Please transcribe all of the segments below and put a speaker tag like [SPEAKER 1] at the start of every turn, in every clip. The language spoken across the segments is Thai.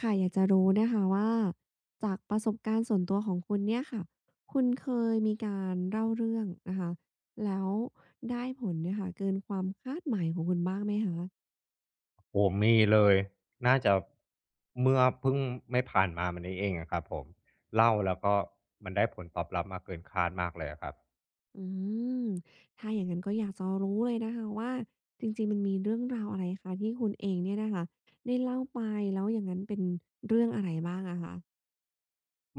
[SPEAKER 1] ค่ะอยากจะรู้นะคะว่าจากประสบการณ์ส่วนตัวของคุณเนี่ยค่ะ คุณเคยมีการเล่าเรื่องนะคะแล้วได้ผลเนี่ยค่ะเกินความคาดหมายของคุณบ้างไหมคะ
[SPEAKER 2] โอ้มีเลย น่าจะเมื่อเพิ่งไม่ผ่านมามันนี้เองอะครับผมเล่าแล้วก็มันได้ผลตอบรับมาเกินคาดมากเลยอะครับ
[SPEAKER 1] อืมถ้าอย่างนั้นก็อยากจะรู้เลยนะคะว่าจริงๆมันมีเรื่องราวอะไรคะที่คุณเองเนี่ยนะคะได้เล่าไปแล้วอย่างนั้นเป็นเรื่องอะไรบ้างอะคะ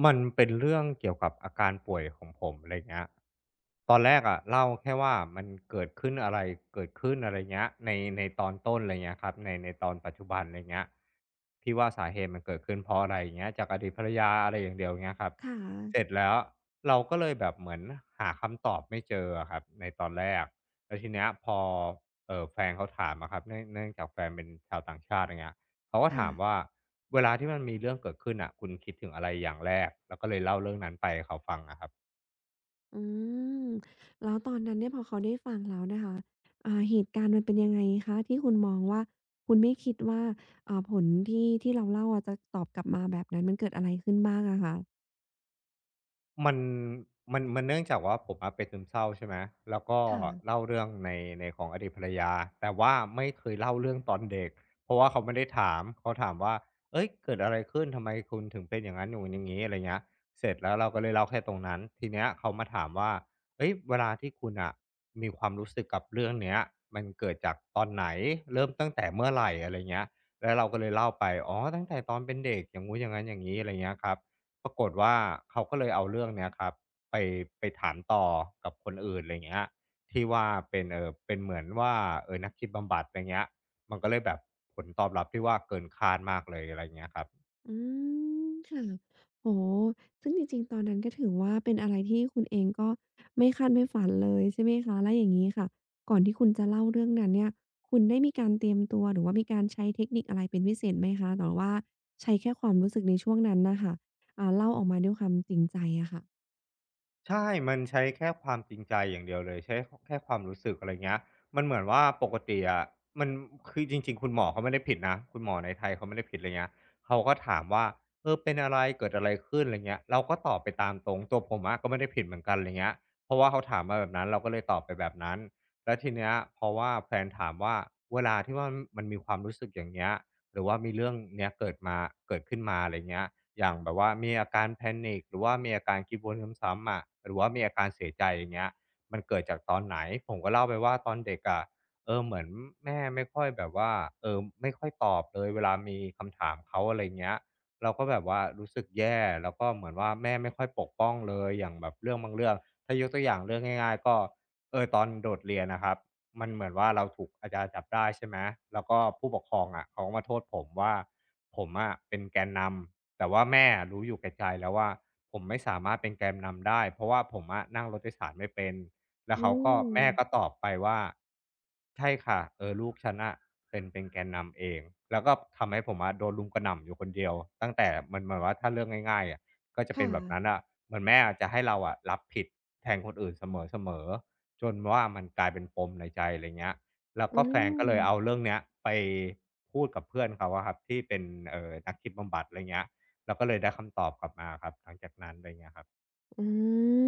[SPEAKER 2] มันเป็นเรื่องเกี่ยวกับอาการป่วยของผมอะไรเงี้ยตอนแรกอะเล่าแค่ว่ามันเกิดขึ้นอะไร เกิดขึ้นอะไรเงี้ยในตอนต้นอะไรเงี้ยครับในตอนปัจจุบันอะไรเงี้ยที่ว่าสาเหตุมันเกิดขึ้นเพราะอะไรเงี้ยจากอดีตภรรยาอะไรอย่างเดียวเงี้ยครับ
[SPEAKER 1] ค่
[SPEAKER 2] เสร็จ
[SPEAKER 1] ะ
[SPEAKER 2] แล้วเราก็เลยแบบเหมือนหาคำตอบไม่เจออะครับในตอนแรกแล้วทีเนี้ยพอแฟนเขาถามอะครับเนื่องจากแฟนเป็นชาวต่างชาติอะไรเงี้ยเขาก็ถาม
[SPEAKER 1] ค่ะ
[SPEAKER 2] ว่า เวลาที่มันมีเรื่องเกิดขึ้นอ่ะคุณคิดถึงอะไรอย่างแรกแล้วก็เลยเล่าเรื่องนั้นไปให้เขาฟังอะครับ
[SPEAKER 1] อืมแล้วตอนนั้นเนี่ยพอเขาได้ฟังแล้วนะคะเหตุการณ์มันเป็นยังไงคะที่คุณมองว่าคุณไม่คิดว่าผลที่เราเล่าอะจะตอบกลับมาแบบนั้นมันเกิดอะไรขึ้นบ้างอะค
[SPEAKER 2] มันมันเนื่องจากว่าผมอะเป็นซึมเศร้าใช่ไหมแล้วก็
[SPEAKER 1] ะ
[SPEAKER 2] เล่าเรื่องในของอดีตภรรยาแต่ว่าไม่เคยเล่าเรื่องตอนเด็กเพราะว่าเขาไม่ได้ถามเขาถามว่าเฮ้ยเกิดอะไรขึ้นทำไมคุณถึงเป็นอย่างงั้นอย่างงนอย่างงี้อะไรเงี้ยเสร็จแล้วเราก็เลยเล่าแค่ตรงนั้นทีเนี้ยเขามาถามว่าเฮ้ยเวลาที่คุณน่ะมีความรู้สึกกับเรื่องเนี้ยมันเกิดจากตอนไหนเริ่มตั้งแต่เมื่อไหร่อะไรเงี้ยแล้วเราก็เลยเล่าไปอ๋อตั้งแต่ตอนเป็นเด็กอย่างงู้นอย่างงั้นอย่างงี้อะไรเงี้ยครับ ปรากฏว่าเขาก็เลยเอาเรื่องเนี้ยครับไปไปถามต่อกับคนอื่นอะไรเงี้ยที่ว่าเป็นเป็นเหมือนว่านักคิดบำบัดอะไรเงี้ยมันก็เลยแบบผลตอบรับที่ว่าเกินคาดมากเลยอะไรเงี้ยครับ
[SPEAKER 1] อืมค่ะโอ้โฮซึ่งจริงๆตอนนั้นก็ถือว่าเป็นอะไรที่คุณเองก็ไม่คาดไม่ฝันเลยใช่ไหมคะแล้วอย่างงี้ค่ะก่อนที่คุณจะเล่าเรื่องนั้นเนี่ยคุณได้มีการเตรียมตัวหรือว่ามีการใช้เทคนิคอะไรเป็นพิเศษไหมคะหรือว่าใช้แค่ความรู้สึกในช่วงนั้นน่ะค่ะเล่าออกมาด้วยความจริงใจอะค่ะ
[SPEAKER 2] ใช่ มันใช้แค่ความจริงใจอย่างเดียวเลยใช้แค่ความรู้สึกอะไรเงี้ยมันเหมือนว่าปกติอะมันคือจริงๆคุณหมอเขาไม่ได้ผิดนะคุณหมอในไทยเขาไม่ได้ผิดอะไรเงี้ยเขาก็ถามว่าเป็นอะไรเกิดอะไรขึ้นอะไรเงี้ยเราก็ตอบไปตามตรงตัวผมอะก็ไม่ได้ผิดเหมือนกันอะไรเงี้ยเพราะว่าเขาถามมาแบบนั้นเราก็เลยตอบไปแบบนั้นแล้วทีเนี้ยเพราะว่าแฟนถามว่าเวลาที่ว่ามันมีความรู้สึกอย่างเงี้ย หรือว่ามีเรื่องเนี้ยเกิดมาเกิดขึ้นมาอะไรเงี้ยอย่างแบบว่ามีอาการ panic หรือว่ามีอาการคิดวนซ้ำๆอะหรือว่ามีอาการเสียใจอย่างเงี้ยมันเกิดจากตอนไหนผมก็เล่าไปว่าตอนเด็กอะเหมือนแม่ไม่ค่อยแบบว่าไม่ค่อยตอบเลยเวลามีคำถามเขาอะไรเงี้ยเราก็แบบว่ารู้สึกแย่แล้วก็เหมือนว่าแม่ไม่ค่อยปกป้องเลยอย่างแบบเรื่องบางเรื่องถ้ายกตัวอย่างเรื่องง่ายๆก็ตอนโดดเรียนนะครับ มันเหมือนว่าเราถูกอาจารย์จับได้ใช่ไหม แล้วก็ผู้ปกครองอะเขาก็มาโทษผมว่าผมอะเป็นแกนนำแต่ว่าแม่รู้อยู่แก่ใจแล้วว่าผมไม่สามารถเป็นแกนนำได้เพราะว่าผมอะนั่งรถโดยสารไม่เป็น แล้ว
[SPEAKER 1] อื
[SPEAKER 2] เขาก็
[SPEAKER 1] ม
[SPEAKER 2] แม่ก็ตอบไปว่าใช่ค่ะลูกฉันนะเป็นแกนนำเองแล้วก็ทำให้ผมอะโดนลุมกระหน่ำอยู่คนเดียวตั้งแต่มันเหมือนว่าถ้าเรื่องง่ายๆอะก็จะเป็น
[SPEAKER 1] ค่ะ
[SPEAKER 2] แบบนั้นอ่ะเหมือนแม่อาจจะให้เราอะรับผิดแทนคนอื่นเสมอ จนว่ามันกลายเป็นปมในใจอะไรเงี้ยแล้ว
[SPEAKER 1] อื
[SPEAKER 2] ก็แฟนก็เล
[SPEAKER 1] ม
[SPEAKER 2] ยเอาเรื่องเนี้ยไปพูดกับเพื่อนเขาอะครับที่เป็นนักคิดบำบัดอะไรเงี้ยเราก็เลยได้คำตอบกลับมาครับหลังจากนั้นอะไรเงี้ยครับ
[SPEAKER 1] อื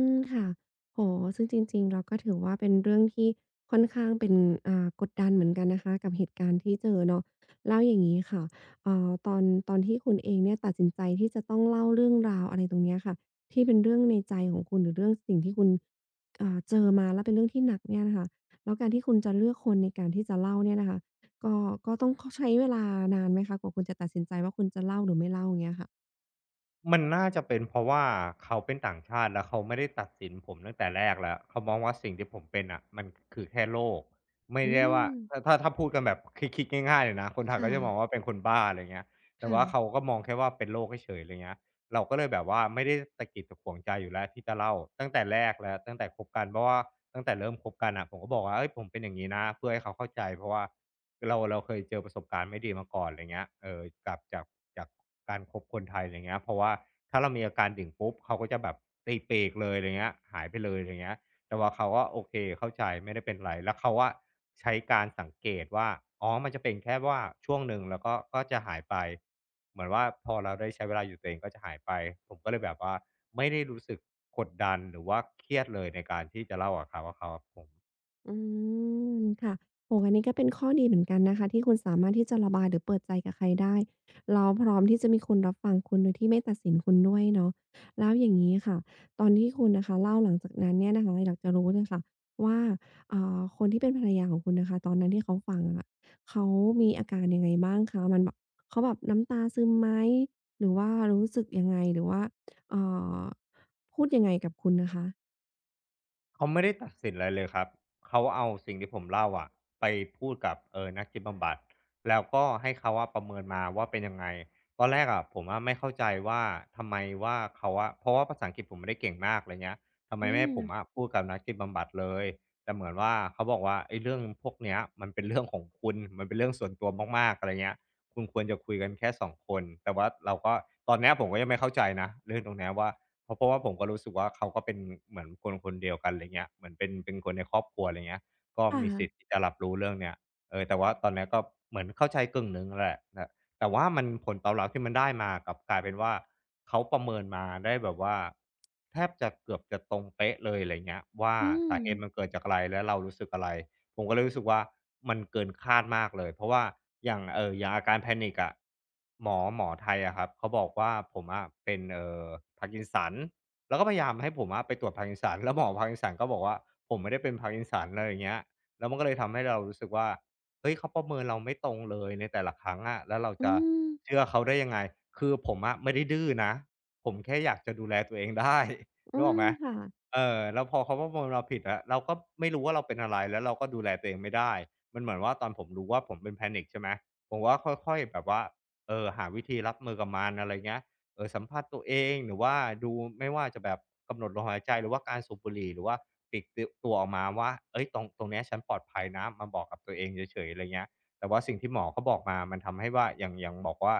[SPEAKER 1] มค่ะโอ้โฮซึ่งจริงๆ เราก็ถือว่าเป็นเรื่องที่ค่อนข้างเป็นกดดันเหมือนกันนะคะกับเหตุการณ์ที่เจอเนาะแล้วอย่างงี้ค่ะเอ่อตอนตอนที่คุณเองเนี่ยตัดสินใจที่จะต้องเล่าเรื่องราวอะไรตรงเนี้ยค่ะที่เป็นเรื่องในใจของคุณหรือเรื่องสิ่งที่คุณเจอมาแล้วเป็นเรื่องที่หนักเนี่ยนะคะแล้วการที่คุณจะเลือกคนในการที่จะเล่าเนี่ยนะคะก็ก็ต้องคใช้เวลานานไหมคะกว่าคุณจะตัดสินใจว่าคุณจะเล่าหรือไม่เล่าอย่างเงี้ยค่ะ
[SPEAKER 2] มันน่าจะเป็นเพราะว่าเขาเป็นต่างชาติแล้วเขาไม่ได้ตัดสินผมตั้งแต่แรกแล้วเขามองว่าสิ่งที่ผมเป็นอ่ะมันคือแค่โรคไม่
[SPEAKER 1] อื
[SPEAKER 2] ได้
[SPEAKER 1] ม
[SPEAKER 2] ว่าถ้าพูดกันแบบคิดๆง่ายๆเลยนะคนไทยก็จะมอง
[SPEAKER 1] ค่ะ
[SPEAKER 2] ว่าเป็นคนบ้าอะไรเงี้ยแต่ว่าเขา
[SPEAKER 1] ค่ะ
[SPEAKER 2] ก็มองแค่ว่าเป็นโรคเฉยๆอะไรเงี้ยเราก็เลยแบบว่าไม่ได้ตะกิดตะขวงใจอยู่แล้วที่จะเล่าตั้งแต่แรกแล้วตั้งแต่คบกันเพราะว่าตั้งแต่เริ่มคบกันอ่ะผมก็บอกว่าเฮ้ยผมเป็นอย่างงี้นะเพื่อให้เขาเข้าใจเพราะว่า เราเคยเจอประสบการณ์ไม่ดีมาก่อนอะไรเงี้ยกลับจากการคบคนไทยอะไรเงี้ยเพราะว่าถ้าเรามีอาการดิ่งปุ๊บเขาก็จะแบบตีเปกเลยอะไรเงี้ยหายไปเลยอะไรเงี้ยแต่ว่าเขาก็โอเคเข้าใจไม่ได้เป็นไรแล้วเขาอะใช้การสังเกตว่าอ๋อมันจะเป็นแค่ว่าช่วงหนึ่งแล้วก็ก็จะหายไปเหมือนว่าพอเราได้ใช้เวลาอยู่ตัวเองก็จะหายไปผมก็เลยแบบว่าไม่ได้รู้สึกกดดันหรือว่าเครียดเลยในการที่จะเล่ากับเขาว่าเขาผม
[SPEAKER 1] อืมค่ะโอ้โฮอันนี้ก็เป็นข้อดีเหมือนกันนะคะที่คุณสามารถที่จะระบายหรือเปิดใจกับใครได้แล้วพร้อมที่จะมีคนรับฟังคุณโดยที่ไม่ตัดสินคุณด้วยเนาะแล้วอย่างงี้ค่ะตอนที่คุณนะคะเล่าหลังจากนั้นเนี่ยนะคะอยากจะรู้เลยค่ะว่าคนที่เป็นภรรยาของคุณน่ะค่ะตอนนั้นที่เขาฟังอะเขามีอาการยังไงบ้างคะมันแบบเขาแบบน้ำตาซึมไหมหรือว่ารู้สึกยังไงหรือว่าเอ่อพูดยังไงกับคุณนะคะ
[SPEAKER 2] เขาไม่ได้ตัดสินอะไรเลยครับเขาเอาสิ่งที่ผมเล่าอะไปพูดกับนักจิตบำบัดแล้วก็ให้เขาว่าประเมินมาว่าเป็นยังไงตอนแรกอะผมอะไม่เข้าใจว่าทำไมว่าเขาอะเพราะว่าภาษาอังกฤษผมไม่ได้เก่งมากอะไรเงี้ยทำไม
[SPEAKER 1] อื
[SPEAKER 2] ไม่ให้
[SPEAKER 1] ม
[SPEAKER 2] ผมอะพูดกับนักจิตบำบัดเลยแต่เหมือนว่าเขาบอกว่าไอ้เรื่องพวกเนี้ยมันเป็นเรื่องของคุณมันเป็นเรื่องส่วนตัวมากๆอะไรเงี้ยคุณควรจะคุยกันแค่สองคนแต่ว่าเราก็ตอนเนี้ยผมก็ยังไม่เข้าใจนะเรื่องตรงเนี้ยว่า เพราะว่าผมก็รู้สึกว่าเขาก็เป็นเหมือนคนคนเดียวกันอะไรเงี้ยเหมือนเป็นคนในครอบครัวอะไรเงี้ยก็
[SPEAKER 1] ค
[SPEAKER 2] มีสิทธิ์
[SPEAKER 1] ่ะ
[SPEAKER 2] ที่จะรับรู้เรื่องเนี้ยแต่ว่าตอนเนี้ยก็เหมือนเข้าใจกึ่งหนึ่งแหละแต่แต่ว่ามันผลตอบรับที่มันได้มากลับกลายเป็นว่าเขาประเมินมาได้แบบว่าแทบจะเกือบจะตรงเป๊ะเลยอะไรเงี้ยว่า
[SPEAKER 1] อืม
[SPEAKER 2] สาเหตุมันเกิดจากอะไรและเรารู้สึกอะไร ผมก็เลยรู้สึกว่ามันเกินคาดมากเลยเพราะว่าอย่างอย่างอาการแพนิ c อะหมอไทยอะครับเขาบอกว่าผมอะเป็นพาร์กินสันแล้วก็พยายามให้ผมอะไปตรวจ p ร์กินสัน แล้วหมอพาร์ก i นสันก็บอกว่าผมไม่ได้เป็นพาร์กินสัอเลรอย่างเงี้ยแล้วมันก็เลยทำให้เรารู้สึกว่าเฮ้ยเขาประเมินเราไม่ตรงเลยในแต่ละครั้งอะแล้วเรา
[SPEAKER 1] อื
[SPEAKER 2] จะ
[SPEAKER 1] ม
[SPEAKER 2] เชื่อเขาได้ยังไงคือผมอะไม่ได้ดื้อนะผมแค่อยากจะดูแลตัวเองได้
[SPEAKER 1] อื
[SPEAKER 2] นึกอ
[SPEAKER 1] ม
[SPEAKER 2] อกไหม
[SPEAKER 1] ค่ะ
[SPEAKER 2] แล้วพอเขาประเมินเราผิดอะเราก็ไม่รู้ว่าเราเป็นอะไรแล้วเราก็ดูแลตัวเองไม่ได้มันเหมือนว่าตอนผมรู้ว่าผมเป็น panic ใช่ไหมผมก็ค่อยๆแบบว่าหาวิธีรับมือกับมันอะไรเงี้ยสัมผัสตัวเองหรือว่าดูไม่ว่าจะแบบกำหนดลมหายใจหรือว่าการสูบบุหรี่หรือว่าปลีกตตัวออกมาว่าเฮ้ยตรงเนี้ยฉันปลอดภัยนะมาบอกกับตัวเองเฉยๆอะไรเงี้ยแต่ว่าสิ่งที่หมอเขาบอกมามันทำให้ว่าอย่างบอกว่า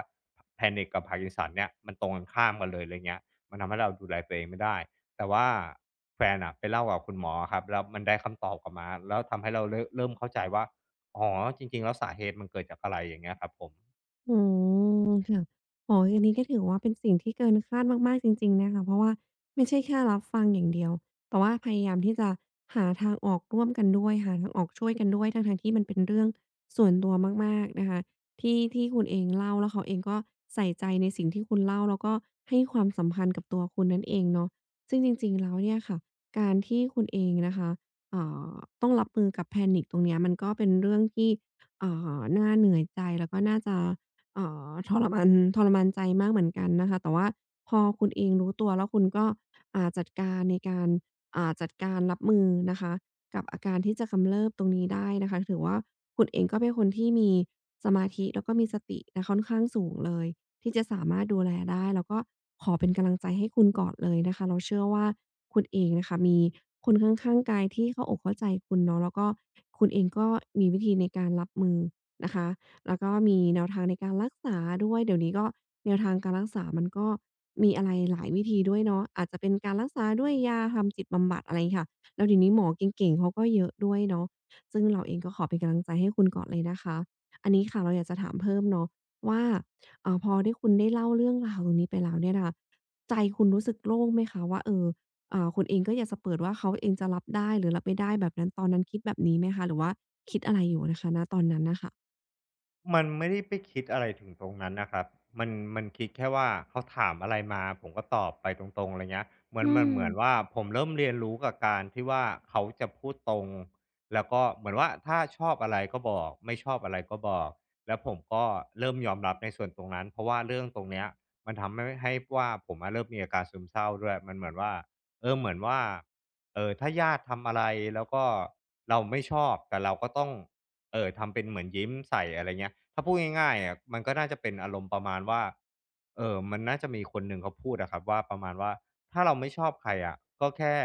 [SPEAKER 2] panic กับ Parkinson เนี่ยมันตรงกันข้ามกันเลยไรเงี้ยมันทำให้เราดูแลตัวเองไม่ได้ แต่ว่าแฟนอะไปเล่ากับคุณหมออะครับแล้วมันได้คำตอบกลับมาแล้วทำให้เราเริ่มเข้าใจว่าอ๋อจริงๆแล้วสาเหตุมันเกิดจากอะไรอย่างเงี้ยครับผม
[SPEAKER 1] อืมค่ะอ๋ออันนี้ก็ถือว่าเป็นสิ่งที่เกินคาดมากๆจริงๆนะคะเพราะว่าไม่ใช่แค่รับฟังอย่างเดียวแต่ว่าพยายามที่จะหาทางออกร่วมกันด้วยหาทางออกช่วยกันด้วยทั้งๆที่มันเป็นเรื่องส่วนตัวมากๆนะคะที่คุณเองเล่าแล้วเขาเองก็ใส่ใจในสิ่งที่คุณเล่าแล้วก็ให้ความสำคัญกับตัวคุณนั่นเองเนาะซึ่งจริงๆแล้วเนี่ยค่ะการที่คุณเองนะคะเอ่อต้องรับมือกับ panic ตรงเนี้ยมันก็เป็นเรื่องที่อ่น่าเหนื่อยใจแล้วก็น่าจะ เอ่ทรมานทรมานใจมากเหมือนกันนะคะแต่ว่าพอคุณเองรู้ตัวแล้วคุณก็จัดการในการจัดการรับมือนะคะกับอาการที่จะกำเริบตรงนี้ได้นะคะถือว่าคุณเองก็เป็นคนที่มีสมาธิแล้วก็มีสตินะค่อนข้างสูงเลยที่จะสามารถดูแลได้แล้วก็ขอเป็นกำลังใจให้คุณก่อนเลยนะคะเราเชื่อว่าคุณเองนะคะมีคนข้างๆกายที่เข้าอกเข้าใจคุณเนาะแล้วก็คุณเองก็มีวิธีในการรับมือนะคะ แล้วก็มีแนวทางในการรักษาด้วยเดี๋ยวนี้ก็แนวทางการรักษามันก็มีอะไรหลายวิธีด้วยเนาะอาจจะเป็นการรักษาด้วยยาทำจิตบำบัดอะไรงี้ค่ะแล้วเดี๋ยวนี้หมอเก่งๆเขาก็เยอะด้วยเนาะซึ่งเราเองก็ขอเป็นกำลังใจให้คุณก่อนเลยนะคะอันนี้ค่ะเราอยากจะถามเพิ่มเนาะว่าพอได้คุณได้เล่าเรื่องราวตรงนี้ไปแล้วเนี่ยนะคะใจคุณรู้สึกโล่งไหมคะว่าเออคุณเองก็อยากจะเปิดว่าเขาเองจะรับได้หรือรับไม่ได้แบบนั้นตอนนั้นคิดแบบนี้ไหมคะหรือว่าคิดอะไรอยู่นะคะณตอนนั้นน่ะค่ะ
[SPEAKER 2] มันไม่ได้ไปคิดอะไรถึงตรงนั้นนะครับมันมันคิดแค่ว่าเขาถามอะไรมาผมก็ตอบไปตรงๆอะไรเงี้ยเหมือ
[SPEAKER 1] อื
[SPEAKER 2] นมัน
[SPEAKER 1] ม
[SPEAKER 2] เหมือนว่าผมเริ่มเรียนรู้กับการที่ว่าเขาจะพูดตรงแล้วก็เหมือนว่าถ้าชอบอะไรก็บอกไม่ชอบอะไรก็บอกแล้วผมก็เริ่มยอมรับในส่วนตรงนั้นเพราะว่าเรื่องตรงเนี้ยมันทำให้ว่าผมอะเริ่มมีอาการซึมเศร้าด้วยมันเหมือนว่าเหมือนว่าถ้าญาติทำอะไรแล้วก็เราไม่ชอบแต่เราก็ต้อง ทำเป็นเหมือนยิ้มใส่อะไรเงี้ยถ้าพูดง่ายๆอะมันก็น่าจะเป็นอารมณ์ประมาณว่ามันน่าจะมีคนหนึ่งเขาพูดอะครับว่าประมาณว่าถ้าเราไม่ชอบใครอะก็แค่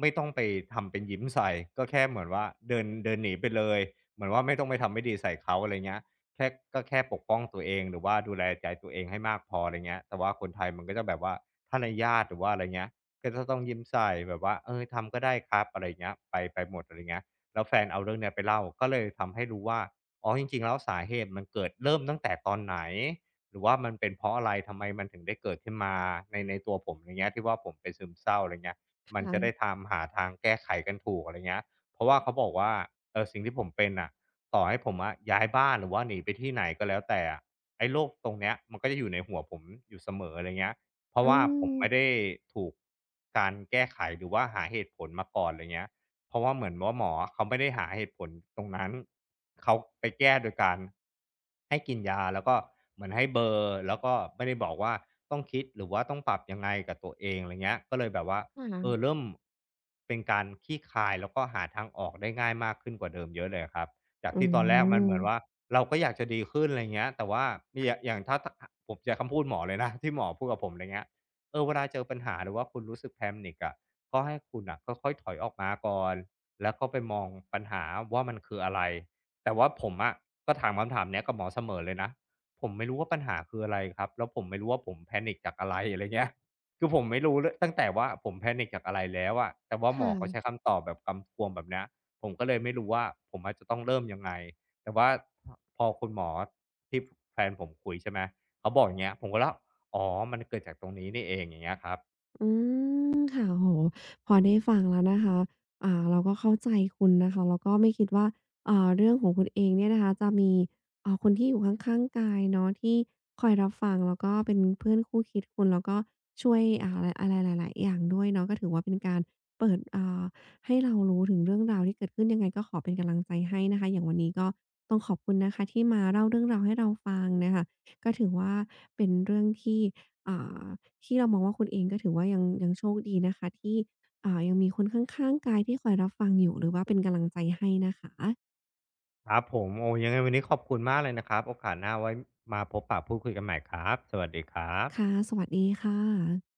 [SPEAKER 2] ไม่ต้องไปทำเป็นยิ้มใส่ก็แค่เหมือนว่าเดินเดินหนีไปเลยเหมือนว่าไม่ต้องไปทำไม่ดีใส่เขาอะไรเงี้ยแค่ก็แค่ปกป้องตัวเองหรือว่าดูแลใจตัวเองให้มากพออะไรเงี้ยแต่ว่าคนไทยมันก็จะแบบว่าถ้าในญาติหรือว่าอะไรเงี้ยก็จะต้องยิ้มใส่แบบว่าเออทำก็ได้ครับอะไรเงี้ยไปหมดอะไรเงี้ย แล้วแฟนเอาเรื่องเนี้ยไปเล่าก็เลยทำให้รู้ว่าอ๋อจริงๆแล้วสาเหตุมันเกิดเริ่มตั้งแต่ตอนไหนหรือว่ามันเป็นเพราะอะไรทำไมมันถึงได้เกิดขึ้นมาในตัวผมอะไรเงี้ยที่ว่าผมเป็นซึมเศร้าอะไรเงี้ย
[SPEAKER 1] ค
[SPEAKER 2] มันจะได้
[SPEAKER 1] ่ะ
[SPEAKER 2] ทำหาทางแก้ไขกันถูกอะไรเงี้ยเพราะว่าเขาบอกว่าสิ่งที่ผมเป็นน่ะต่อให้ผมอะย้ายบ้านหรือว่าหนีไปที่ไหนก็แล้วแต่อะไอ้โรคตรงเนี้ยมันก็จะอยู่ในหัวผมอยู่เสมออะไรเงี้ยเพราะ
[SPEAKER 1] อื
[SPEAKER 2] ว่าผม
[SPEAKER 1] ม
[SPEAKER 2] ไม่ได้ถูกการแก้ไขหรือว่าหาเหตุผลมาก่อนไรเงี้ย เพราะว่าเหมือนว่าหมอเขาไม่ได้หาเหตุผลตรงนั้นเขาไปแก้โดยการให้กินยาแล้วก็เหมือนให้เบลอร์แล้วก็ไม่ได้บอกว่าต้องคิดหรือว่าต้องปรับยังไงกับตัวเองอะไรเงี้ยก็เลยแบบว่า
[SPEAKER 1] ค
[SPEAKER 2] เออ
[SPEAKER 1] ่ะ
[SPEAKER 2] เริ่มเป็นการคลี่คลายแล้วก็หาทางออกได้ง่ายมากขึ้นกว่าเดิมเยอะเลยอะครับจาก
[SPEAKER 1] อื
[SPEAKER 2] ที่ตอนแรกมันเหมือนว่า
[SPEAKER 1] ม
[SPEAKER 2] เราก็อยากจะดีขึ้นอะไรเงี้ยแต่ว่ามีอะอย่างถ้าถผมใช้คำพูดหมอเลยนะที่หมอพูดกับผมอะไรเงี้ยเออเวลาเจอปัญหาหรือว่าคุณรู้สึก panic อะ ก็ให้คุณอ่ะค่อยๆถอยออกมาก่อนแล้วก็ไปมองปัญหาว่ามันคืออะไรแต่ว่าผมอะก็ถามคำถามเนี้ยกับหมอเสมอเลยนะผมไม่รู้ว่าปัญหาคืออะไรครับแล้วผมไม่รู้ว่าผม panic จากอะไรอะไรเงี้ยคือผมไม่รู้เลยตั้งแต่ว่าผม panic จากอะไรแล้วอะแต่ว่าหม
[SPEAKER 1] ค่ะ
[SPEAKER 2] อเขาใช้คำตอบแบบกำกวมแบบเนี้ยผมก็เลยไม่รู้ว่าผมอาจจะต้องเริ่มยังไงแต่ว่าพอคุณหมอที่แฟนผมคุยใช่ไหมเขาบอกอย่างเงี้ยผมก็แล้วอ๋อมันเกิดจากตรงนี้นี่เองอย่างเงี้ยครับ
[SPEAKER 1] อืมค่ะโอ้โฮพอได้ฟังแล้วนะคะเราก็เข้าใจคุณนะคะแล้วก็ไม่คิดว่าเรื่องของคุณเองเนี่ยนะคะจะมีคนที่อยู่ข้างๆกายเนาะที่คอยรับฟังแล้วก็เป็นเพื่อนคู่คิดคุณแล้วก็ช่วยอะไรอะไรหลายๆอย่างด้วยเนาะก็ถือว่าเป็นการเปิดให้เรารู้ถึงเรื่องราวที่เกิดขึ้นยังไงก็ขอเป็นกำลังใจให้นะคะอย่างวันนี้ก็ต้องขอบคุณนะคะที่มาเล่าเรื่องราวให้เราฟังน่ะค่ะก็ถือว่าเป็นเรื่องที่ อ่าที่เรามองว่าคุณเองก็ถือว่ายังยังโชคดีนะคะที่ยังมีคนข้างๆกายที่คอยรับฟังอยู่หรือว่าเป็นกำลังใจให้นะคะ
[SPEAKER 2] ครับผมโอ้ยังไงวันนี้ขอบคุณมากเลยนะครับโอกาสหน้าไว้มาพบปะพูดคุยกันใหม่ครับสวัสดีครับ
[SPEAKER 1] ค่ะสวัสดีค่ะ